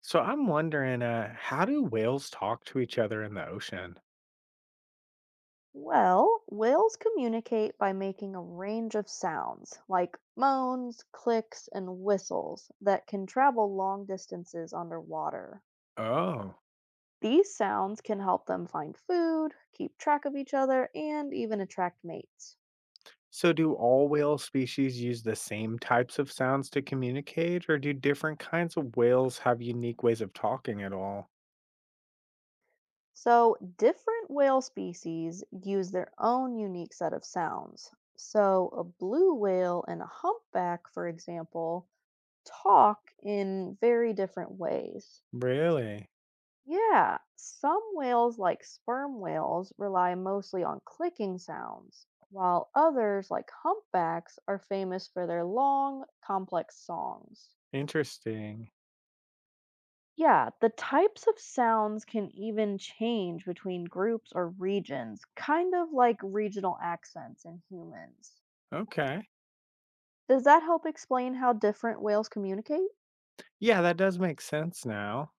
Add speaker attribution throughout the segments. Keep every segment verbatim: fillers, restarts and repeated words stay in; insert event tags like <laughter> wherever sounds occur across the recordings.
Speaker 1: So I'm wondering, uh, how do whales talk to each other in the ocean?
Speaker 2: Well, whales communicate by making a range of sounds, like moans, clicks, and whistles, that can travel long distances underwater.
Speaker 1: Oh.
Speaker 2: These sounds can help them find food, keep track of each other, and even attract mates.
Speaker 1: So do all whale species use the same types of sounds to communicate, or do different kinds of whales have unique ways of talking at all?
Speaker 2: So, different whale species use their own unique set of sounds. So, a blue whale and a humpback, for example, talk in very different ways.
Speaker 1: Really?
Speaker 2: Yeah, some whales, like sperm whales, rely mostly on clicking sounds, while others, like humpbacks, are famous for their long, complex songs.
Speaker 1: Interesting.
Speaker 2: Yeah, the types of sounds can even change between groups or regions, kind of like regional accents in humans.
Speaker 1: Okay.
Speaker 2: Does that help explain how different whales communicate?
Speaker 1: Yeah, that does make sense now.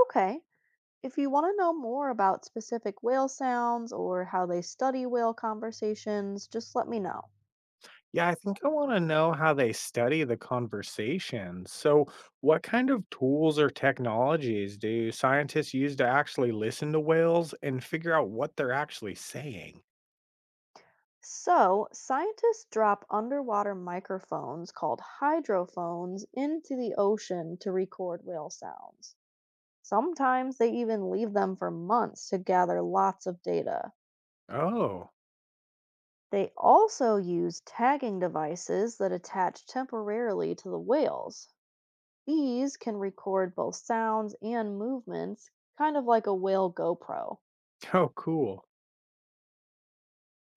Speaker 2: Okay. If you want to know more about specific whale sounds or how they study whale conversations, just let me know.
Speaker 1: Yeah, I think I want to know how they study the conversations. So, what kind of tools or technologies do scientists use to actually listen to whales and figure out what they're actually saying?
Speaker 2: So, scientists drop underwater microphones called hydrophones into the ocean to record whale sounds. Sometimes they even leave them for months to gather lots of data.
Speaker 1: Oh.
Speaker 2: They also use tagging devices that attach temporarily to the whales. These can record both sounds and movements, kind of like a whale GoPro.
Speaker 1: <laughs> Oh, cool.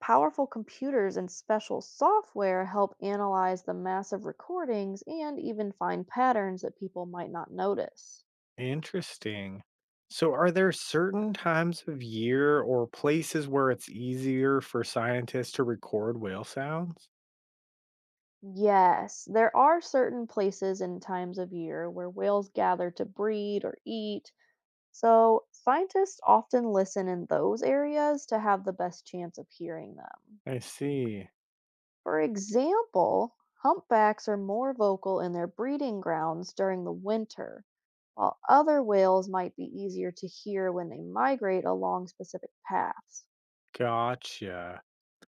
Speaker 2: Powerful computers and special software help analyze the massive recordings and even find patterns that people might not notice.
Speaker 1: Interesting. So, are there certain times of year or places where it's easier for scientists to record whale sounds?
Speaker 2: Yes, there are certain places and times of year where whales gather to breed or eat, so scientists often listen in those areas to have the best chance of hearing them.
Speaker 1: I see.
Speaker 2: For example, humpbacks are more vocal in their breeding grounds during the winter, while other whales might be easier to hear when they migrate along specific paths.
Speaker 1: Gotcha.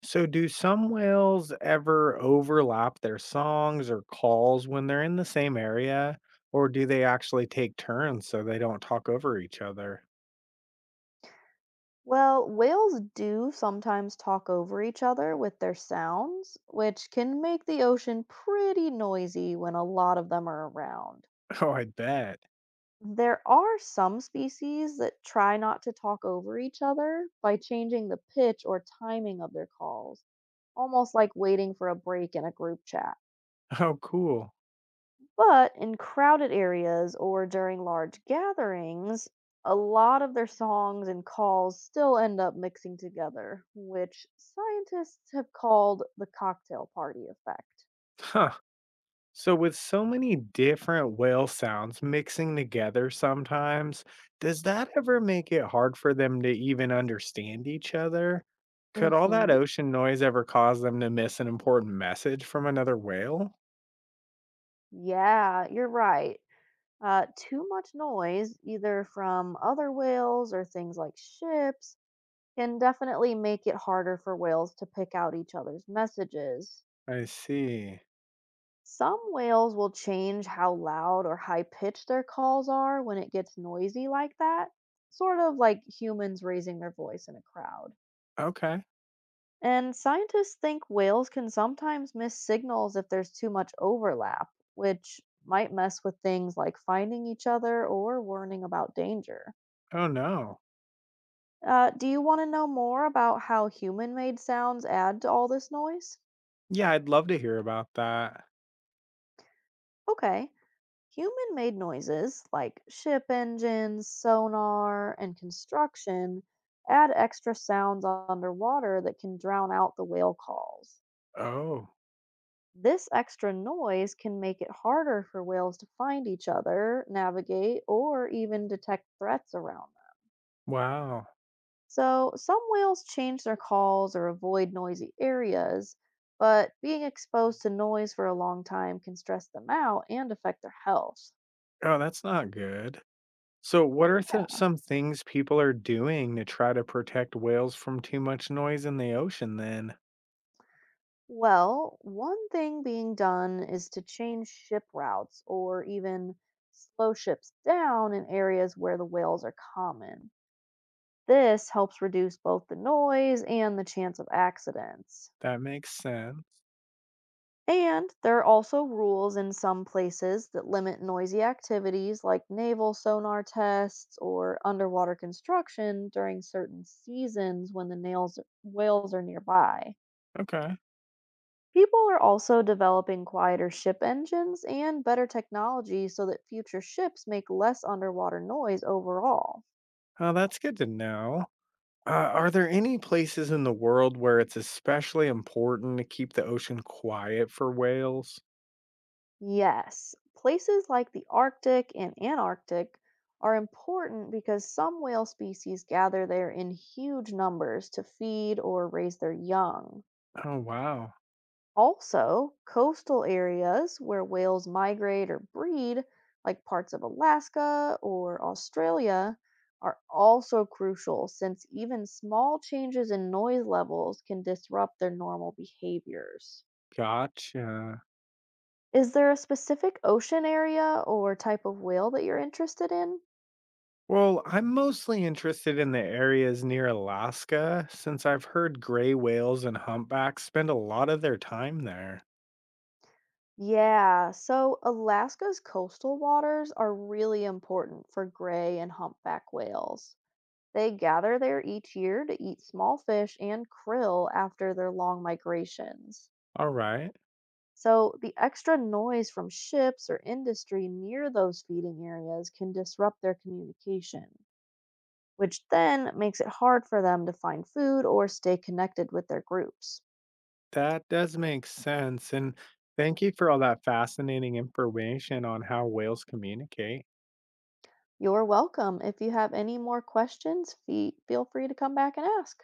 Speaker 1: So, do some whales ever overlap their songs or calls when they're in the same area, or do they actually take turns so they don't talk over each other? <laughs>
Speaker 2: Well, whales do sometimes talk over each other with their sounds, which can make the ocean pretty noisy when a lot of them are around.
Speaker 1: Oh, I bet.
Speaker 2: There are some species that try not to talk over each other by changing the pitch or timing of their calls almost like waiting for a break in a group chat.
Speaker 1: Oh, cool.
Speaker 2: But in crowded areas or during large gatherings, a lot of their songs and calls still end up mixing together, which scientists have called the cocktail party effect.
Speaker 1: Huh. So, with so many different whale sounds mixing together sometimes, does that ever make it hard for them to even understand each other? Could all that
Speaker 2: Hmm.
Speaker 1: ocean noise ever cause them to miss an important message from another whale?
Speaker 2: Yeah, you're right. Uh, too much noise, either from other whales or things like ships, can definitely make it harder for whales to pick out each other's messages.
Speaker 1: I see.
Speaker 2: Some whales will change how loud or high pitched their calls are when it gets noisy like that, sort of like humans raising their voice in a crowd.
Speaker 1: Okay.
Speaker 2: And scientists think whales can sometimes miss signals if there's too much overlap, which might mess with things like finding each other or warning about danger.
Speaker 1: Oh, no.
Speaker 2: Uh, do you want to know more about how human made sounds add to all this noise?
Speaker 1: Yeah, I'd love to hear about that.
Speaker 2: Okay. Human made noises like ship engines, sonar, and construction add extra sounds underwater that can drown out the whale calls.
Speaker 1: Oh,
Speaker 2: This extra noise can make it harder for whales to find each other, navigate, or even detect threats around them.
Speaker 1: wow.
Speaker 2: So, some whales change their calls or avoid noisy areas, but being exposed to noise for a long time can stress them out and affect their health.
Speaker 1: Oh, that's not good. So, what are th- some things people are doing to try to protect whales from too much noise in the ocean then?
Speaker 2: Well, one thing being done is to change ship routes or even slow ships down in areas where the whales are common. This helps reduce both the noise and the chance of accidents.
Speaker 1: That makes sense.
Speaker 2: And there are also rules in some places that limit noisy activities like naval sonar tests or underwater construction during certain seasons when the nails, whales are nearby.
Speaker 1: Okay.
Speaker 2: People are also developing quieter ship engines and better technology so that future ships make less underwater noise overall.
Speaker 1: Oh, that's good to know. Uh, are there any places in the world where it's especially important to keep the ocean quiet for whales?
Speaker 2: Yes, places like the Arctic and Antarctic are important because some whale species gather there in huge numbers to feed or raise their young.
Speaker 1: Oh, wow.
Speaker 2: Also, coastal areas where whales migrate or breed, like parts of Alaska or Australia, are also crucial since even small changes in noise levels can disrupt their normal behaviors.
Speaker 1: Gotcha.
Speaker 2: Is there a specific ocean area or type of whale that you're interested in?
Speaker 1: Well, I'm mostly interested in the areas near Alaska since I've heard gray whales and humpbacks spend a lot of their time there.
Speaker 2: Yeah, so Alaska's coastal waters are really important for gray and humpback whales. They gather there each year to eat small fish and krill after their long migrations.
Speaker 1: All right.
Speaker 2: So, the extra noise from ships or industry near those feeding areas can disrupt their communication, which then makes it hard for them to find food or stay connected with their groups.
Speaker 1: That does make sense. And thank you for all that fascinating information on how whales communicate.
Speaker 2: You're welcome. If you have any more questions, fe- feel free to come back and ask.